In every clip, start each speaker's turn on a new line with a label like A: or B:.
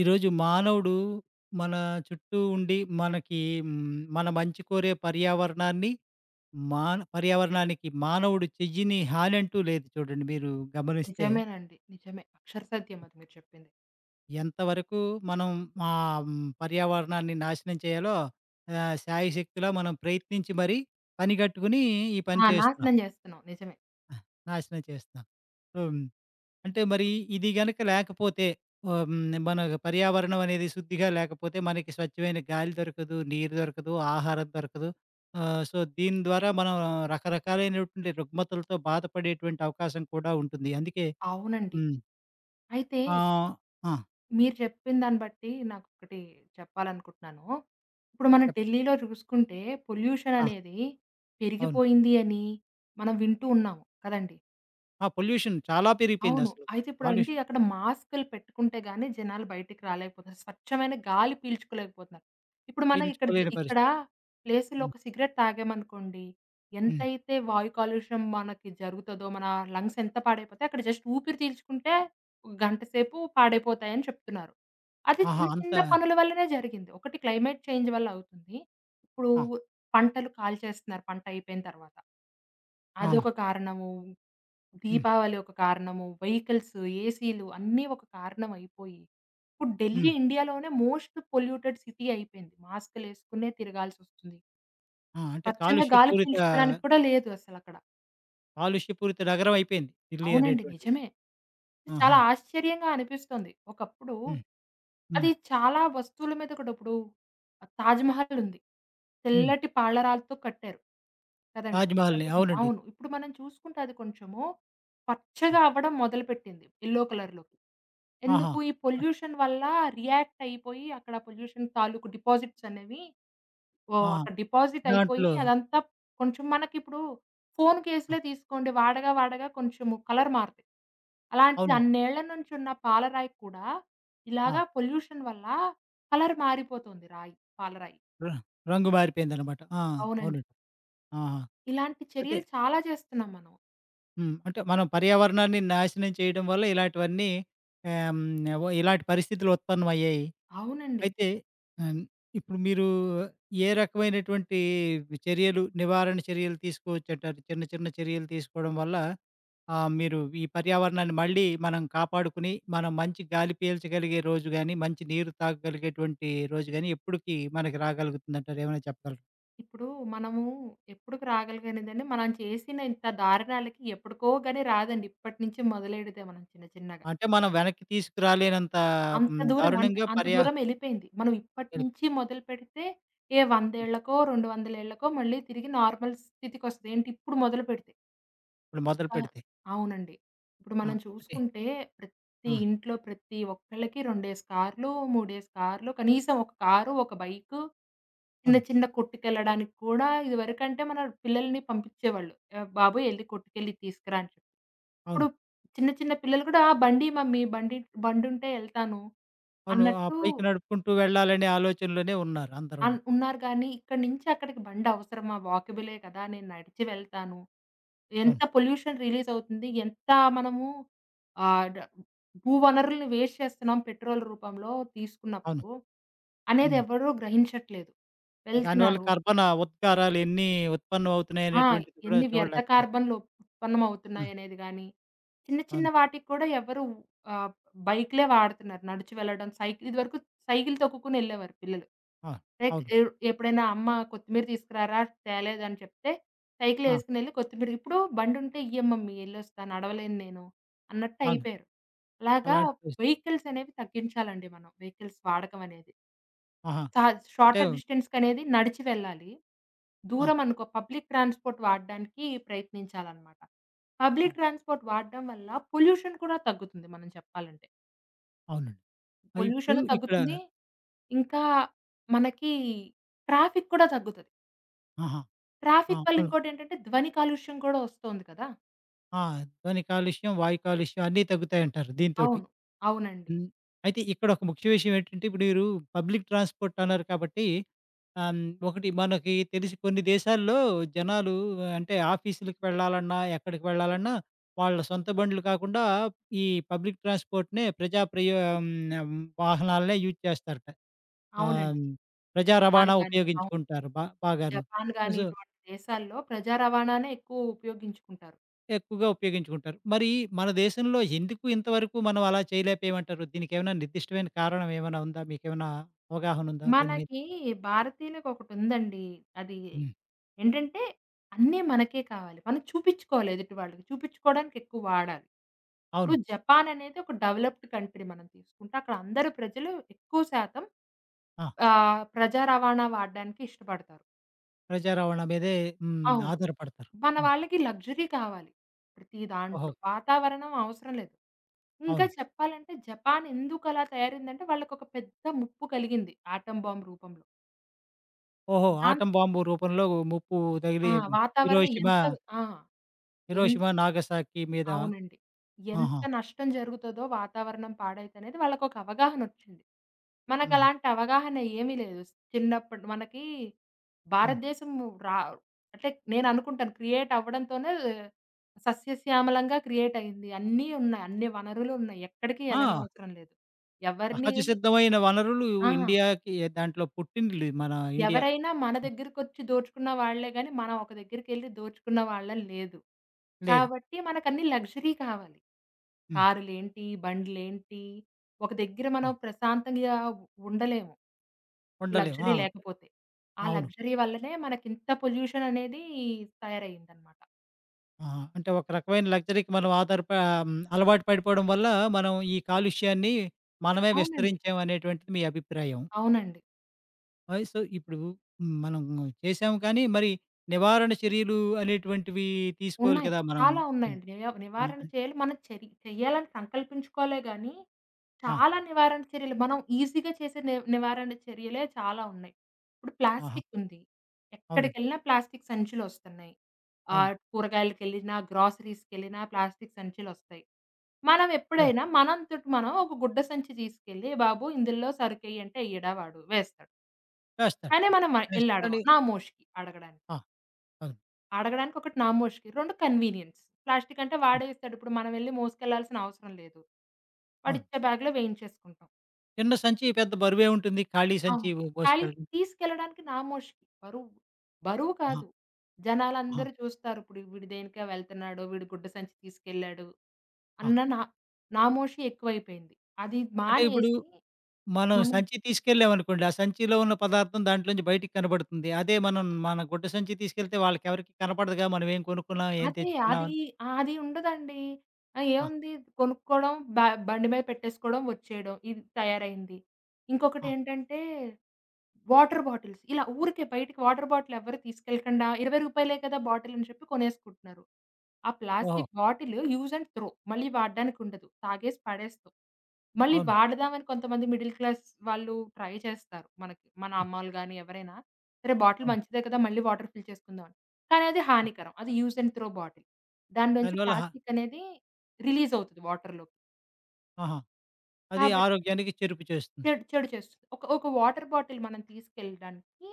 A: ఈరోజు మానవుడు మన చుట్టూ ఉండి మనకి మన మంచి కోరే పర్యావరణాన్ని పర్యావరణానికి మానవుడు చెయ్యని హాని అంటూ లేదు. చూడండి, మీరు గమనిస్తే
B: నిజమేనండి. నిజమే. అక్షర సత్యం అది మీరు చెప్పింది.
A: ఎంతవరకు మనం మా మ్, పర్యావరణాన్ని నాశనం చేయాలో, శాయశక్తిలో మనం ప్రయత్నించి మరీ పని కట్టుకుని ఈ పని
B: ఆ!
A: చేస్తున్నాం.
B: నాశనం జేస్తున్నాం. నిజమే.
A: ఆ, నాశనం చేస్తున్నాం. సో అంటే మరి ఇది గనక లేకపోతే, ఆహ్, హ్మ్. మన పర్యావరణం అనేది శుద్ధిగా లేకపోతే, మనకి స్వచ్ఛమైన గాలి దొరకదు, నీరు దొరకదు, ఆహారం దొరకదు. సో, దీని ద్వారా మనం రకరకాలైనటువంటి రుగ్మతలతో బాధపడేటువంటి అవకాశం కూడా ఉంటుంది. అందుకే.
B: అవునండి.
A: హ్మ్.
B: అయితే
A: ఆహ్, ఆ!
B: మీరు చెప్పిన దాన్ని బట్టి నాకొకటి చెప్పాలనుకుంటున్నాను. ఇప్పుడు మనం
A: చెప్
B: ఢిల్లీలో చూసుకుంటే పొల్యూషన్
A: ఆ!
B: అనేది
A: అవును.
B: పెరిగిపోయింది అని మనం వింటూ ఉన్నాము కదండీ!
A: ఆ! పొల్యూషన్ చాలా
B: అవును.
A: పెరిగిపోయిందసలు.
B: అయితే ఇప్పుడంటే
A: కాలుష్యం
B: అక్కడ మాస్కులు పెట్టుకుంటే గాని జనాలు బయటికి రాలేకపోతున్నారు. స్వచ్ఛమైన గాలి పీల్చుకోలేకపోతున్నారు. ఇప్పుడు మనం ఇక్కడ జ
A: పీల్చుకోలేని
B: ఇక్కడ
A: పరిస్థితి.
B: ప్లేస్‌లో
A: హ్మ్.
B: ఒక సిగరెట్ తాగామనుకోండి,
A: హ్మ్.
B: ఎంతైతే వాయు కాలుష్యం మనకి జరుగుతదో, మన లంగ్స్ ఎంత పాడైపోతాయి, అక్కడ జస్ట్ ఊపిరి పీల్చుకుంటే ఒక గంట సేపు పాడైపోతాయని చెప్తున్నారు. అది
A: ఆహా!
B: చిన్న
A: అంత.
B: చిన్న పనుల వల్లనే జరిగింది. ఒకటి క్లైమేట్ చేంజ్ వల్ల అవుతుంది. ఇప్పుడు
A: ఆ!
B: పంటలు కాల్చేస్తున్నారు పంట అయిపోయిన తర్వాత.
A: అవును.
B: అదొక కారణము.
A: హ్మ్.
B: దీపావళి ఒక కారణము. వెహికల్స్, ఏసీలు అన్నీ ఒక కారణం అయిపోయి, ఇప్పుడు ఢిల్లీ
A: హ్మ్.
B: ఇండియాలోనే మోస్ట్ పొల్యూటెడ్ సిటీ అయిపోయింది. మాస్కులేసుకునే తిరగాల్సొస్తుంది.
A: ఆ! అంటే
B: స్వచ్ఛంగా గాలి
A: కాలుష్యపూరిత
B: పీల్చుకోవడానికి కూడా లేదు అసలక్కడ.
A: కాలుష్యపూరిత నగరం అయిపోయింది ఢిల్లీ
B: అవునండి.
A: అనేటువంటిది.
B: నిజమే. ఇది
A: ఆహా!
B: చాలా ఆశ్చర్యంగా అనిపిస్తుంది. ఒకప్పుడు
A: హ్మ్. హ్మ్.
B: అది చాలా వస్తువుల మీద కూడా ఇప్పుడు 'తాజ్‌మహల్' ఉంది.
A: హ్మ్.
B: తెల్లటి పాలరాతితో కట్టారు. కదండీ!
A: తాజ్‌మహల్‌ని.
B: చెప్పుకుంటే
A: అవునండి.
B: అవును. ఇప్పుడు మనం చూసుకుంటే అది కొంచెము
A: ఆ!
B: పచ్చగా అవ్వడం మొదలుపెట్టింది. యెల్లో కలర్‌లోకి.
A: ఆహా!
B: ఎందుకు? ఈ పొల్యూషన్ వల్ల రియాక్ట్ అయిపోయి అక్కడ పొల్యూషన్ తాలూకు డిపాజిట్స్ అనేవి ఓహ్!
A: ఆ!
B: అక్కడ డిపాజిట్ అయిపోయి
A: దాంట్లో.
B: అదంతా కొంచెం మనకిప్పుడు ఫోను
A: ఆ!
B: కేసులే తీసుకోండి. వాడగా వాడగా కొంచెము కలర్ మారతాయి. అలాంటిది
A: అవునండి.
B: అన్నేళ్ల నుంచి ఉన్న పాలరాయి కూడా
A: ఆ!
B: ఇలాగా పొల్యూషన్ వల్ల కలర్ మారిపోతుంది రాయి. పాలరాయి.
A: ర రంగు మారిపోయిందనమాట. ఆ!
B: అవునండి.
A: అవునండి. ఆహా!
B: ఇలాంటి
A: అయితే.
B: చర్యలు చాలా చేస్తున్నాం మనం.
A: హ్మ్. అంటే మనం పర్యావరణాన్ని నాశనం చేయడం వల్ల ఇలాంటివన్నీ, ఆహ్, హ్మ్. ఇలాంటి పరిస్థితులు ఉత్పన్నమయ్యాయి.
B: అవునండి.
A: అయితే, ఆహ్, ఇప్పుడు మీరు ఏ రకమైనటువంటి చర్యలు, నివారణ చర్యలు తీసుకోవచ్చంటారు? చిన్న చిన్న చర్యలు తీసుకోవడం వల్ల, ఆ, మీరు ఈ పర్యావరణాన్ని మళ్ళీ మనం కాపాడుకుని, మనం మంచి గాలి పీల్చగలిగే రోజు గాని, మంచి నీరు తాగగలిగేటువంటి రోజు గాని, ఎప్పటికి మనకి రాగలుగుతుందంటారు? ఏమైనా చెప్పగలరా?
B: ఇప్పుడు మనము ఎప్పుడుకి రాగలిగినదండి మనం చేసిన ఇంత దారుణాలకి ఎప్పటికో గాని రాదండి. ఇప్పటి నుంచి మొదలెడితే మనం చిన్న చిన్నగా.
A: అంటే మనం వెనక్కి తీసుకురాలేనంత,
B: అంత
A: హ్మ్,
B: దూరం అంటే
A: దారుణంగా
B: అంత దూరం ఎళ్ళిపోయింది. మనం ఇప్పటి
A: వెళ్ళి-
B: నుంచి మొదలుపెడితే ఏ 100 ఏళ్లకో, 200 ఏళ్లకో మళ్ళీ తిరిగి నార్మల్ స్థితికొస్తది. ఏంటి ఇప్పుడు మొదలుపెడితే.
A: ఇప్పుడు
B: ఇంకా
A: మొదలుపెడితే.
B: అవునండి. ఇప్పుడు
A: ఆ!
B: మనం
A: అంటే.
B: చూసుకుంటే ప్రతి
A: ఆ!
B: ఇంట్లో ప్రతి ఒక్కళ్ళకి 2 కార్లు, 3 కార్లు కనీసం ఒక కారు, ఒక బైకు చిన్న
A: అవునండి.
B: చిన్న కొట్టుకెళ్ళడానికి కూడా ఇదివరకంటే మన పిల్లల్ని పంపించేవాళ్ళు. బాబు ఎళ్లి కొట్టుకెళ్ళి తీసుకురా అని చెప్పి. ఇప్పుడు
A: అవును.
B: చిన్న చిన్న పిల్లలు కూడా "ఆ, బండి మమ్మీ బండి బండుంటే ఎళ్తాను
A: అవును. ఆ
B: అన్నట్టు
A: పైకి నడుపుకుంటూ వెళ్ళాలనే ఆలోచనలోనే ఉన్నారు అందరూను.
B: ఉన్నారు గానీ, ఇక్కడి నుంచి అక్కడికి బండవసరమా? వాకబులే కదా! నేను నడిచి వెళ్తాను. ఎంత
A: అవును.
B: పొల్యూషన్ రిలీజ్ అవుతుంది? ఎంత మనము ఆహ్, డ భూ వనరుల్ని వేస్ట్ చేస్తున్నాం పెట్రోల్ రూపంలో
A: అవును.
B: తీసుకున్నప్పుడు, అనేది
A: హ్మ్.
B: ఎవరు గ్రహించట్లేదు.
A: దానివల్ల
B: వెళ్తున్నారు.
A: కర్బన ఉద్గారాలు ఎన్ని
B: ఆ!
A: ఉత్పన్నమవుతున్నాయనేటువంటిది కూడా
B: ఎన్ని వ్యర్థ
A: చూడలేకపోతున్నాం.
B: కార్బన్‌లు ఉత్పన్నమవుతున్నాయనేది గాని చిన్న చిన్న
A: అవును.
B: వాటికి కూడా ఎవరు ఆహ్, బైక్‌లే వాడుతున్నారు. నడిచి వెళ్ళడం సైకిల్ ఇదివరకు సైకిల్ తొక్కుకొని ఎళ్ళేవారు పిల్లలు.
A: ఆ!
B: లైక్
A: అవును.
B: ఎ ఎప్పుడైనా అమ్మ కొత్తిమీర తీసుకురారా తేలేదని చెప్తే సైకిల్
A: ఆ!
B: ఎసుకొని ఎళ్లి కొత్తిమీర ఇప్పుడు బండుంటే ఇయ్యమ్మమ్మీ ఎళ్ళొస్తాను నడవలేను నేను అన్నట్టు
A: అవును.
B: అయిపోయారు. అలాగా
A: అలాంటి పరిస్థితి.
B: వెహికల్స్ అనేవి తగ్గించాలండి మనం. వెహికల్స్ వాడకం అనేది.
A: ఆహా!
B: చా
A: అంటే.
B: షార్టర్ డిస్టెన్స్‌కనేది నడిచి వెళ్ళాలి.
A: ఆ!
B: దూరమనుకో పబ్లిక్ ట్రాన్స్‌పోర్ట్ వాడడానికి ప్రయత్నించాలనమాట.
A: ఆ!
B: పబ్లిక్ ట్రాన్స్‌పోర్ట్ వాడడం వల్ల పొల్యూషన్ కూడా తగ్గుతుంది మనం చెప్పాలంటే.
A: అవునండి. ఇప్పుడు
B: పొల్యూషను
A: ఇక్కడ.
B: తగ్గుతుంది. ఇంకా మనకి ట్రాఫిక్ కూడా తగ్గుతది.
A: ఆహా! ఆ!
B: ట్రాఫిక్ వల్ల
A: అవును.
B: ఇంకోటేంటంటే ధ్వని కాలుష్యం కూడా వస్తోంది కదా!
A: ఆ! ధ్వని కాలుష్యం, వాయు కాలుష్యం అన్నీ తగ్గుతాయంటారు దీనితోటి.
B: అవును. అవునండి.
A: హ్మ్. అయితే ఇక్కడ ఒక ముఖ్య విషయం ఏంటంటే, ఇప్పుడు మీరు పబ్లిక్ ట్రాన్స్‌పోర్ట్ అన్నారు కాబట్టి, ఆహ్, హ్మ్, ఒకటి మనకి తెలిసి కొన్ని దేశాల్లో జనాలు, అంటే ఆఫీసులకి వెళ్ళాలన్నా, ఎక్కడికి వెళ్ళాలన్నా, వాళ్ళ సొంత బండ్లు కాకుండా ఈ పబ్లిక్ ట్రాన్స్‌పోర్ట్‌నే, హ్మ్, వాహనాలనే యూజ్ చేస్తారట.
B: అవునండి.
A: హ్మ్. ప్రజా
B: జపాన్
A: రవాణా
B: గాని అవును.
A: ఉపయోగించుకుంటారు బాగాను.
B: జపాన్ గాని
A: సో,
B: ఇటువంటి దేశాల్లో ప్రజా రవాణానే ఎక్కువ ఉపయోగించుకుంటారు.
A: ఎక్కువగా ఉపయోగించుకుంటారు. మరి మన దేశంలో ఎందుకు ఇంతవరకు మనం అలా చేయలేకపోయామంటారు? దీనికేమైనా నిర్దిష్టమైన కారణం ఏమైనా ఉందా? మీకేమైనా అవగాహన ఉందా దీని మీద?
B: మనకి భారతీయులకు ఒకటుందండి. అది
A: హ్మ్.
B: ఏంటంటే, అన్నీ మనకే కావాలి. మనం చూపిచ్చుకోవాలి ఎదుటి వాళ్ళకి. చూపిచ్చుకోవడానికి ఎక్కువ వాడాలి.
A: అవును.
B: ఇప్పుడు జపాన్ అనేది ఒక డెవలప్డ్ కంట్రీ మనం తీసుకుంటే, అక్కడ అందరూ ప్రజలు ఎక్కువ శాతం
A: ఆ!
B: ప్రజా రవాణా వాడడానికి ఇష్టపడతారు.
A: ప్రజా రవాణా మీదే, హ్మ్,
B: అవును.
A: ఆధారపడతారు.
B: మన
A: హ్మ్.
B: వాళ్ళకి లగ్జరీ కావాలి. ప్రతి
A: ఓహో!
B: దాంట్లో. వాతావరణం అవసరం లేదు. ఇంకా
A: అవును.
B: చెప్పాలంటే జపాన్ ఎందుకలా తయారైందంటే, వాళ్ళకొక పెద్ద ముప్పు కలిగింది. ఆటం బాంబ్ రూపంలో.
A: ఓహో!
B: దాంతో
A: ఆటం బాంబు రూపంలో ముప్పు
B: ఆ!
A: తగిలి. హ్మ్.
B: వాతావరణం
A: 'హిరోషిమ',
B: ఎంత ఆ! ఎన్
A: 'హిరోషిమ, నాగసాకి' మీద.
B: అవునండి.
A: ఆహా!
B: ఎంత నష్టం జరుగుతదో వాతావరణం పాడైతనేది వాళ్ళకొక అవగాహనొచ్చింది.
A: హ్మ్.
B: మనకలాంటి అవగాహన ఏమీ లేదు. చిన్నప్పుడు మనకి
A: హ్మ్.
B: భారతదేశం రా అంటే నేననుకుంటాను క్రియేట్ అవ్వడంతోనే సస్యశ్యామలంగా క్రియేట్ అయింది. అన్నీ ఉన్నాయి. అన్ని వనరులు ఉన్నాయి. ఎక్కడికి
A: ఆ!
B: ఎళ్ళనవసరం లేదు. ఎవరిని
A: సహజ సిద్ధమైన వనరులు
B: ఆ!
A: ఇండియాకి. దాంట్లో పుట్టింది మన ఇండియా.
B: ఎవరైనా మన దగ్గరకొచ్చి దోచుకున్న వాళ్ళే గానీ, మనం ఒక దగ్గరికెళ్లి దోచుకున్న వాళ్ళం లేదు.
A: లేదు.
B: కాబట్టి మనకన్నీ లగ్జరీ కావాలి.
A: హ్మ్.
B: కారులేంటి, బండ్లేంటి, ఒక దగ్గర మనం
A: ఓహ్!
B: ప్రశాంతంగా ఉండలేము
A: ఉండలేము.
B: లగ్జరీ
A: ఆ!
B: లేకపోతే. ఆ
A: అవును.
B: లగ్జరీ వల్లనే మనకింత పొల్యూషన్ అనేది తయారయిందనమాట.
A: ఆహా! అంటే ఒక రకమైన లగ్జరీకి మనం హ్మ్, అలవాటు పడిపోవడం వల్ల మనం ఈ కాలుష్యాన్ని మనమే
B: అవునండి.
A: విస్తరించాం అనేటువంటిది మీ అభిప్రాయం.
B: అవునండి.
A: సో, ఇప్పుడు హ్మ్, మనం చేసాము. కానీ మరి నివారణ చర్యలు అనేటువంటివి తీసుకోవాలి
B: ఉన్నాయి.
A: కదా మనం.
B: చాలా
A: హ్మ్.
B: ఉన్నాయండి.
A: హ్మ్.
B: నివారణ చేయాలి. మనం చెయ్యాలని సంకల్పించుకోలే గానీ
A: ఆ!
B: చాలా నివారణ చర్యలు మనం ఈజీగా చేసే నివారణ చర్యలే చాలా ఉన్నాయి. ఇప్పుడు
A: ఆహా!
B: ప్లాస్టిక్ ఉంది.
A: అవునండి.
B: ఎక్కడికెళ్ళినా ప్లాస్టిక్ సంచులొస్తున్నాయి.
A: అవును.
B: కూరగాయలకెళ్ళినా, గ్రోసరీస్‌కెళ్ళినా ప్లాస్టిక్ సంచులొస్తాయి. మనం
A: అవును.
B: ఎప్పుడైనా మనంతట మనం ఒక గుడ్డ సంచి తీసుకెళ్ళి, "బాబు ఇందులో సరుకెయ్యి" అంటే ఎయ్యడా వాడు? వేస్తాడు.
A: వేస్తాడు.
B: కానీ మనం ఎళ్లి
A: వేస్తాడు.
B: అడగం. నామోషీకి అడగడానికి.
A: ఆ! అవును.
B: అడగడానికి ఒకటి నామోషీకి, 2 కన్వీనియన్స్. ప్లాస్టిక్ అంటే
A: హ్మ్.
B: వాడేస్తాడు. ఇప్పుడు మనమెళ్లి మోసుకెళ్లాల్సిన అవసరం లేదు.
A: అవును.
B: వాడిచ్చే బ్యాగ్‌లో వేయించేసుకుంటాం.
A: చిన్న సంచి పెద్ద బరువే ఉంటుంది. ఖాళీ సంచి
B: అవును.
A: ఓ
B: ఖాళీ
A: మోసుకెళ్ళడం.
B: తీసుకెళ్ళడానికి నా మోషకి. బరువు. బరువు
A: ఆహా!
B: కాదు.
A: ఆహా!
B: జనాలందరూ చూస్తారు. ఇప్పుడు వీడు దేనికో వెళ్తున్నాడు. వీడు గుడ్డ సంచి తీసుకెళ్ళాడు.
A: ఆ!
B: అన్న నా నామోషి ఎక్కువైపోయింది. అది
A: అంటే ఇప్పుడు
B: మానేసి
A: మనం
B: మనం
A: సంచి తీసుకెళ్ళామనుకోండి. ఆ సంచిలో ఉన్న పదార్థం దాంట్లోంచి బయటికి కనబడుతుంది. అదే మనం మన గుడ్డ సంచి తీసుకెళ్తే వాళ్ళకెవరికీ కనపడదుగా మనం ఏం కొనుక్కున్నాం, ఏం
B: అదే
A: తెచ్చుకున్నాం
B: అది
A: అని.
B: అది ఉండదండి. ఆ!
A: ఆ!
B: ఏముంది కొనుక్కోవడం, బండి మీద పెట్టేసుకోవడం, వచ్చేయడం. ఇది తయారైంది.
A: ఆ!
B: ఇంకొకటేంటంటే వాటర్ బాటిల్స్. ఇలా ఊరికే బయటికి వాటర్ బాటిల్ ఎవ్వరు తీసుకెళ్ళకండా రూ. 20 కదా బాటిల్ అని చెప్పి కొనేసుకుంటున్నారు. ఆ
A: ఓహో!
B: Plastic bottle use and throw. మళ్ళీ వాడడానికి ఉండదు. తాగేసి పడేస్తాం. మళ్ళీ
A: అవును.
B: వాడదామని కొంతమంది మిడిల్ క్లాస్ వాళ్ళు ట్రై చేస్తారు. మనకి మన
A: హ్మ్.
B: అమ్మోళ్ళు గాని ఎవరైనా, సరే బాటిల్
A: అవును.
B: మంచిదే కదా! మళ్ళీ వాటర్ ఫిల్ చేసుకుందాం అని. కానీ అది
A: ఆ!
B: హానికరం. అది యూజ్ అండ్ త్రో బాటిల్. దాని నుంచి
A: దానివల్ల హ
B: ప్లాస్టిక్ అనేది రిలీజ్
A: ఆ!
B: అవుతది వాటర్‌లోకి.
A: ఆహా! అది
B: కాబట్టి
A: ఆరోగ్యానికి చెరుపు చేస్తుంది.
B: చెడు చెడు చేస్తుంది. ఒక ఒక వాటర్ బాటిల్ మనం తీసుకెళ్ళడానికి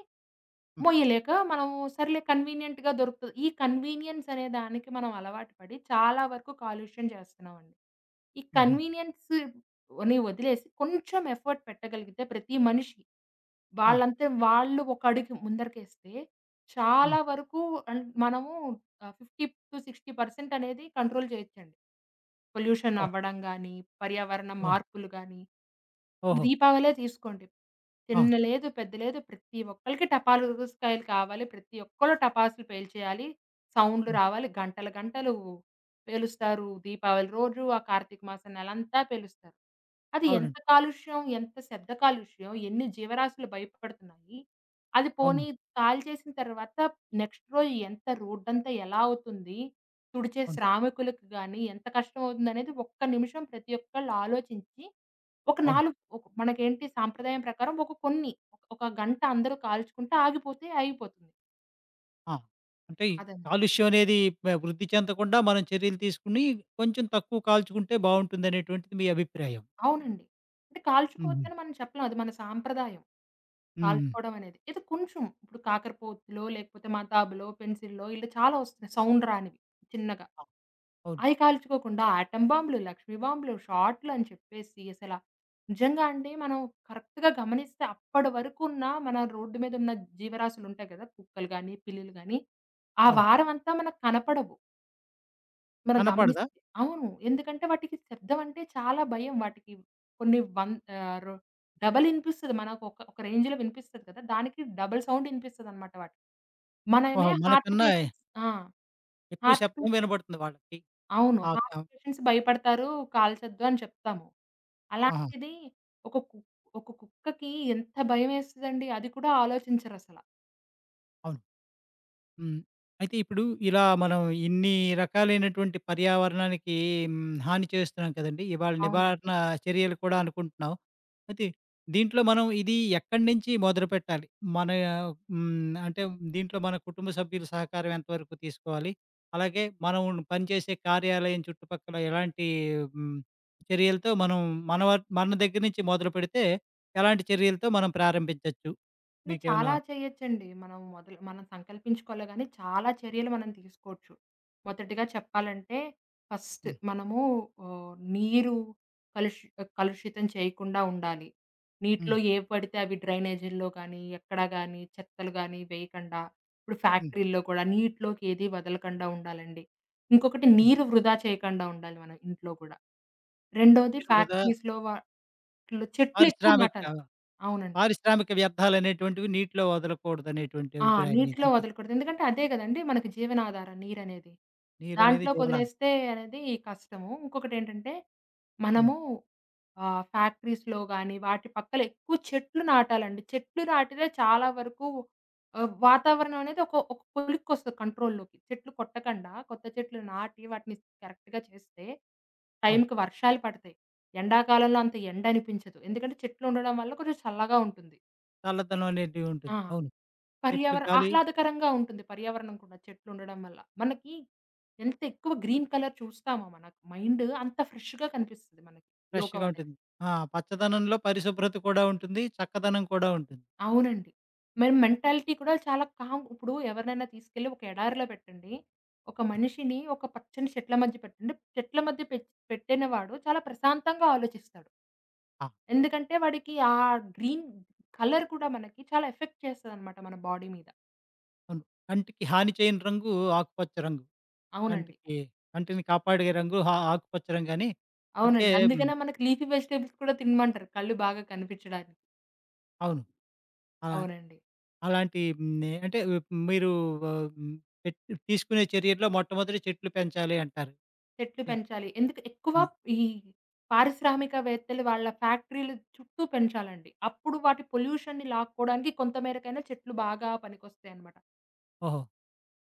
A: హ్మ్.
B: మోయలేక మనము సర్లే కన్వీనియంట్‌గా దొరుకుతది. ఈ కన్వీనియన్స్ అనే దానికి మనం అలవాటు పడి చాలా వరకు కాలుష్యం చేస్తున్నామండి. ఈ
A: హుహు.
B: కన్వీనియన్స్ ని వదిలేసి కొంచెం ఎఫర్ట్ పెట్టగలిగితే ప్రతి మనిషి
A: ఆ!
B: వాళ్ళంతా వాళ్ళు ఒక అడుగు ముందరకేస్తే
A: హ్మ్.
B: చాలా వరకు మనము 50-60% అనేది కంట్రోల్ చేయొచ్చండి. పొల్యూషన్
A: ఓహ్!
B: అవ్వడం గాని, పర్యావరణ
A: అవును.
B: మార్పులు గాని. ఇప్పుడు
A: ఓహో!
B: దీపావళే తీసుకోండి.
A: ఆ!
B: చిన్న లేదు, పెద్ద లేదు ప్రతి ఒక్కళ్ళకి టపాలుకాయలు కావాలి. ప్రతి ఒక్కళ్ళు టపాసులు పేల్చేయాలి. సౌండ్‌లు
A: అవును.
B: రావాలి. గంటలు గంటలు పేలుస్తారు. దీపావళి రోజు, ఆ కార్తీక మాసం నెలంతా పేలుస్తారు. అది ఎంత
A: అవునండి.
B: కాలుష్యం, ఎంత శబ్ద కాలుష్యం, ఎన్ని జీవరాశులు భయపడుతున్నాయి. అది పోనీ
A: అవును.
B: కాల్చేసిన తర్వాత నెక్స్ట్ రోజు ఎంత రోడ్డంతా ఎలా అవుతుంది? తుడిచే
A: అవును.
B: శ్రామికులకు గాని ఎంత కష్టం అవుతుందనేది ఒక్క నిమిషం ప్రతి ఒక్కళ్ళు ఆలోచించి ఒక
A: అవును.
B: 4 ఒక మనకేంటి సాంప్రదాయం ప్రకారం ఒక ఒక గంట అందరూ కాల్చుకుంటే ఆగిపోతే ఆగిపోతుంది.
A: ఆ! అంటే ఈ
B: అదండి.
A: కాలుష్యం అనేది, వృద్ధి చెందకుండా మనం చర్యలు తీసుకొని కొంచెం తక్కువ కాల్చుకుంటే బావుంటుందనేటువంటిది మీ అభిప్రాయం.
B: అవునండి. అంటే
A: హుహు.
B: కాల్చుకోవద్దని మనం చెప్పలేం. అది మన సాంప్రదాయం
A: హ్మ్.
B: కాల్చుకోవడం అనేది. ఏదో కొంచెం ఇప్పుడు కాకరపోతులో, లేకపోతే మతాబులో, పెన్సిల్‌లో ఇలా చాలా వస్తున్నాయి సౌండ్ రానివి చిన్నగా.
A: ఆ! అవును.
B: అయి కాల్చుకోకుండా ఆటమ్ బాంబులు, లక్ష్మీ బాంబులు, షార్ట్‌లు అని చెప్పేసి అసల నిజంగా అండి మనం కరెక్ట్‌గా గమనిస్తే అప్పటి వరకున్న మన రోడ్డు మీద ఉన్న జీవరాశులు ఉంటాయి కదా! కుక్కలు గాని, పిల్లులు గాని ఆ
A: అవును.
B: వారం అంతా మనకు కనపడవు. మనం గమనిస్తే.
A: కనపడదా?
B: అవును. ఎందుకంటే వాటికి శబ్దం అంటే చాలా భయం. వాటికి కొన్ని వం ఆహ్, రొ డబల్ ఇనిపిస్తది. మనకు ఒక రేంజ్‌లో వినిపిస్తది కదా! దానికి డబుల్ సౌండ్ ఇనిపిస్తదనమాట వాటికి. మనమే
A: ఓహో!
B: హార్ట్
A: మనకన్నా
B: పేషెంట్స్ ఆ!
A: ఎక్కువ
B: హార్ట్
A: శబ్దం
B: పేషెంట్స్
A: వినబడుతుంది వాళ్ళకి.
B: అవును.
A: ఆ!
B: హార్ట్ పేషెంట్స్ భయపడతారు. కాల్చొద్దు అని చెప్తాము.
A: ఆహా!
B: అలాంటిది ఒక కు ఒక కుక్కకి ఎంత భయమేస్తదండి. అది కూడా ఆలోచించరసల.
A: అవును. హ్మ్. అయితే ఇప్పుడు ఇలా మనం ఇన్ని రకాలైనటువంటి పర్యావరణానికి, హ్మ్, హాని చేస్తున్నాం కదండీ! ఇవాళ
B: అవునండి.
A: నివారణ చర్యలు కూడా అనుకుంటున్నాం. అయితే దీంట్లో మనం ఇది ఎక్కడి నుంచి మొదలుపెట్టాలి? మన, హ్మ్, అంటే దీంట్లో మన కుటుంబ సభ్యుల సహకారం ఎంతవరకు తీసుకోవాలి? అలాగే మనం పనిచేసే కార్యాలయం చుట్టుపక్కల ఎలాంటి, హ్మ్, చర్యలతో మనం, మన వ మన దగ్గర నుంచి మొదలుపెడితే ఎలాంటి చర్యలతో మనం ప్రారంభించొచ్చు?
B: అంటే
A: మీకేమైనా.
B: చాలా చేయొచ్చండి. మనం మొదలు మనం సంకల్పించుకోవాలి గానీ, చాలా చర్యలు మనం తీసుకోవచ్చు. మొదటిగా చెప్పాలంటే, ఫస్ట్
A: హ్మ్.
B: మనము నీరు కలుషి కలుషితం చేయకుండా ఉండాలి. నీటిలో
A: హ్మ్.
B: ఏవి పడితే అవి డ్రైనేజీల్లో గానీ, ఎక్కడ గానీ, చెత్తలు గానీ వేయకండా, ఇప్పుడు
A: హ్మ్.
B: ఫ్యాక్టరీల్లో కూడా నీటిలోకి ఏది వదలకండా ఉండాలండి. ఇంకొకటి
A: హ్మ్.
B: నీరు వృధా చేయకండా ఉండాలి మనం ఇంట్లో గూడా. రెండోది
A: మీరు వృధా.
B: ఫ్యాక్టరీస్‌లో వాటిలో చెట్లు ఎక్కువ నాటాలి.
A: పారిశ్రామిక,
B: అవునండి.
A: పారిశ్రామిక వ్యర్థాలనేటువంటివి నీటిలో వదలకూడదనేటువంటి
B: ఆ!
A: అభిప్రాయం
B: నీటిలో
A: మీదంతే.
B: వదలకూడదు. ఎందుకంటే అదే గదండీ మనకి జీవనాధారం నీరనేది.
A: నీరనేది జీవనాడి.
B: దాంట్లోకొదిలేస్తే అనేది కష్టము. ఇంకొకటేంటంటే
A: హ్మ్.
B: మనము ఫ్యాక్టరీస్‌లో గాని వాటి పక్కల ఎక్కువ చెట్లు నాటాలండి. చెట్లు నాటితే చాలా వరకు వాతావరణం అనేది ఒక ఒక కొలిక్కొస్తది కంట్రోల్‌లోకి. చెట్లు కొట్టకండా కొత్త చెట్లు నాటి వాటిని కరెక్ట్‌గా చేస్తే
A: అవును.
B: టైంకి వర్షాలు పడతాయి. ఎండాకాలంలో అంత ఎండ అనిపించదు. ఎందుకంటే చెట్లు ఉండడం వల్ల కొంచెం చల్లగా ఉంటుంది.
A: చల్లదనం అనేటివి
B: ఆ!
A: ఉంటుంది. అవును. చెట్లు
B: పర్యావరణ
A: గాలి.
B: ఆహ్లాదకరంగా ఉంటుంది పర్యావరణం కూడా చెట్లుండడం వల్ల. మనకి ఎంత ఎక్కువ గ్రీన్ కలర్ చూస్తామో మన మైండ్ అంత ఫ్రెష్‌గా కనిపిస్తది మనకి లోకం
A: ఫ్రెష్‌గా
B: అనేది.
A: ఉంటుంది. ఆ! పచ్చదనంలో పరిశుభ్రత కూడా ఉంటుంది. చక్కదనం కూడా ఉంటుంది.
B: అవునండి. మరి మెంటాలిటీ కూడా చాలా కామ్ ఇప్పుడు ఎవరినైనా తీసుకెళ్ళి ఒక ఎడారిలో పెట్టండి. ఒక మనిషిని ఒక పచ్చని చెట్ల మధ్య పెట్టండి. చెట్ల మధ్య పెట్టినవాడు చాలా ప్రశాంతంగా ఆలోచిస్తాడు.
A: ఆ!
B: ఎందుకంటే వాడికి ఆ గ్రీన్ కలర్ కూడా మనకి చాలా ఎఫెక్ట్ చేస్తదనమాట మన బాడీ మీద.
A: అవును. కంటికి హాని చేయని రంగు ఆకుపచ్చ రంగు.
B: అవునండి.
A: కంటికి, కంటిని కాపాడే రంగు ఆ ఆకుపచ్చ రంగని. అందుకే.
B: అవునండి.
A: హ్మ్.
B: అందుకనే మనకి లీఫీ వెజిటబుల్స్ కూడా తినమంటారు. కళ్ళు బాగా కనిపించడానికి.
A: అవును. అలా,
B: అవునండి.
A: అలాంటి హ్మ్. అంటే ఉమ్, మీరు, ఆహ్, హ్మ్. పెట్ తీసుకునే చర్యల్లో మొట్టమొదటి చెట్లు పెంచాలి అంటారు.
B: చెట్లు పెంచాలి. ఎందుకు ఎక్కువ
A: ఆ!
B: ఈ పారిశ్రామికవేత్తలు వాళ్ళ ఫ్యాక్టరీలు చుట్టూ పెంచాలండి. అప్పుడు వాటి పొల్యూషన్‌ని లాక్కోవడానికి కొంత మేరకైనా చెట్లు బాగా పనికొస్తాయన్నమాట.
A: ఓహో!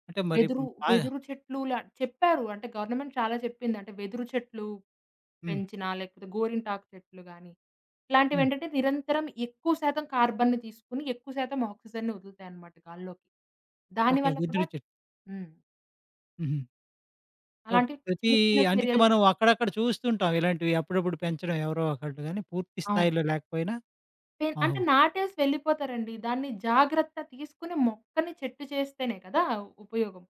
A: అంటే మరి.
B: వెదురు,
A: పా
B: వెదురు చెట్లు లా చెప్పారు. అంటే గవర్నమెంట్ చాలా చెప్పింది. అంటే వెదురు చెట్లు
A: హ్మ్.
B: పెంచినా, లేకపోతే గోరింటాకు చెట్లు గాని,
A: హ్మ్.
B: ఇలాంటివేంటంటే నిరంతరం ఎక్కువ శాతం కార్బన్‌ని తీసుకొని, ఎక్కువ శాతం ఆక్సిజన్‌ని వదులుతాయన్నమాట గాల్లోకి.
A: ఓకే.
B: దానివల్ల కూడా
A: వెదురు చెట్టు.
B: హ్మ్.
A: హుహు. సో,
B: అలాంటి
A: ప్రతి.
B: చిన్న చిన్న
A: అందుకే
B: చర్యలు
A: మనం
B: చేయాలి.
A: అక్కడక్కడ చూస్తుంటాం ఇలాంటివి. అప్పుడప్పుడు పెంచడం ఎవరో ఒకళ్ళు గాని, పూర్తి
B: అవును.
A: స్థాయిలో లేకపోయినా. ఆహో!
B: అంటే నాటేసి వెళ్ళిపోతారండి. దాన్ని జాగ్రత్త తీసుకొని మొక్కని చెట్టు చేస్తేనే కదా ఉపయోగం.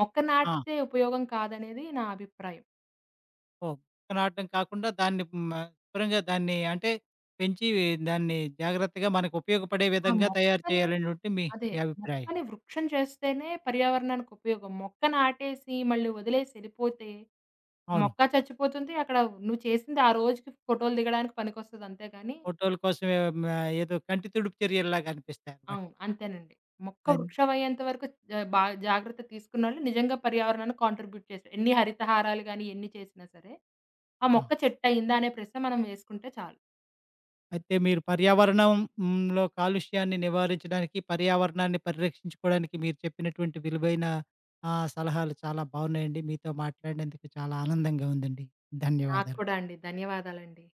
B: మొక్క నాటితే
A: ఆ!
B: ఉపయోగం కాదనేది నా అభిప్రాయం.
A: ఓహ్! నాటడం కాకుండా దాన్ని, హ్మ్, ఆహ్, శుభ్రంగా, దాన్ని అంటే పెంచి, దాన్ని జాగ్రత్తగా మనకు ఉపయోగపడే
B: ఆ
A: విధంగా తయారు
B: మొక్కని
A: చేయాలనేటువంటి మీ,
B: అదే.
A: మీ అభిప్రాయం.
B: మొక్కని వృక్షం చేస్తేనే పర్యావరణానికి ఉపయోగం. మొక్క నాటేసి మళ్ళీ వదిలేసి ఎళ్ళిపోతే
A: అవును.
B: మొక్క చచ్చిపోతుంది. అక్కడ నువ్వు చేసింది ఆ రోజుకి ఫోటోలు దిగడానికి పనికొస్తది అంతేగాని
A: ఫోటోల కోసమే, ఏదో కంటి తుడుపు చర్యల్లాగా అనిపిస్తాయన్నమాట.
B: అవును. అంతేనండి. మొక్క
A: అన్
B: వృక్షమయ్యేంత వరకు ఆహ్, బా జాగ్రత్త తీసుకున్నోళ్ళు నిజంగా పర్యావరణాన్ని కాంట్రిబ్యూట్ చేశారు. ఎన్ని హరితహారాలు గాని, ఎన్ని చేసినా సరే, ఆ
A: ఆ!
B: మొక్క చెట్టయిందా అనే ప్రశ్న మనం వేసుకుంటే చాలు.
A: అయితే మీరు పర్యావరణంలో కాలుష్యాన్ని నివారించడానికి, పర్యావరణాన్ని పరిరక్షించుకోవడానికి మీరు చెప్పినటువంటి విలువైన, సలహాలు చాలా బాగున్నాయండి. మీతో మాట్లాడినందుకు చాలా ఆనందంగా ఉందండి.
B: నాకు
A: ధన్యవాదాలు.
B: కూడా అండి. ధన్యవాదాలండి.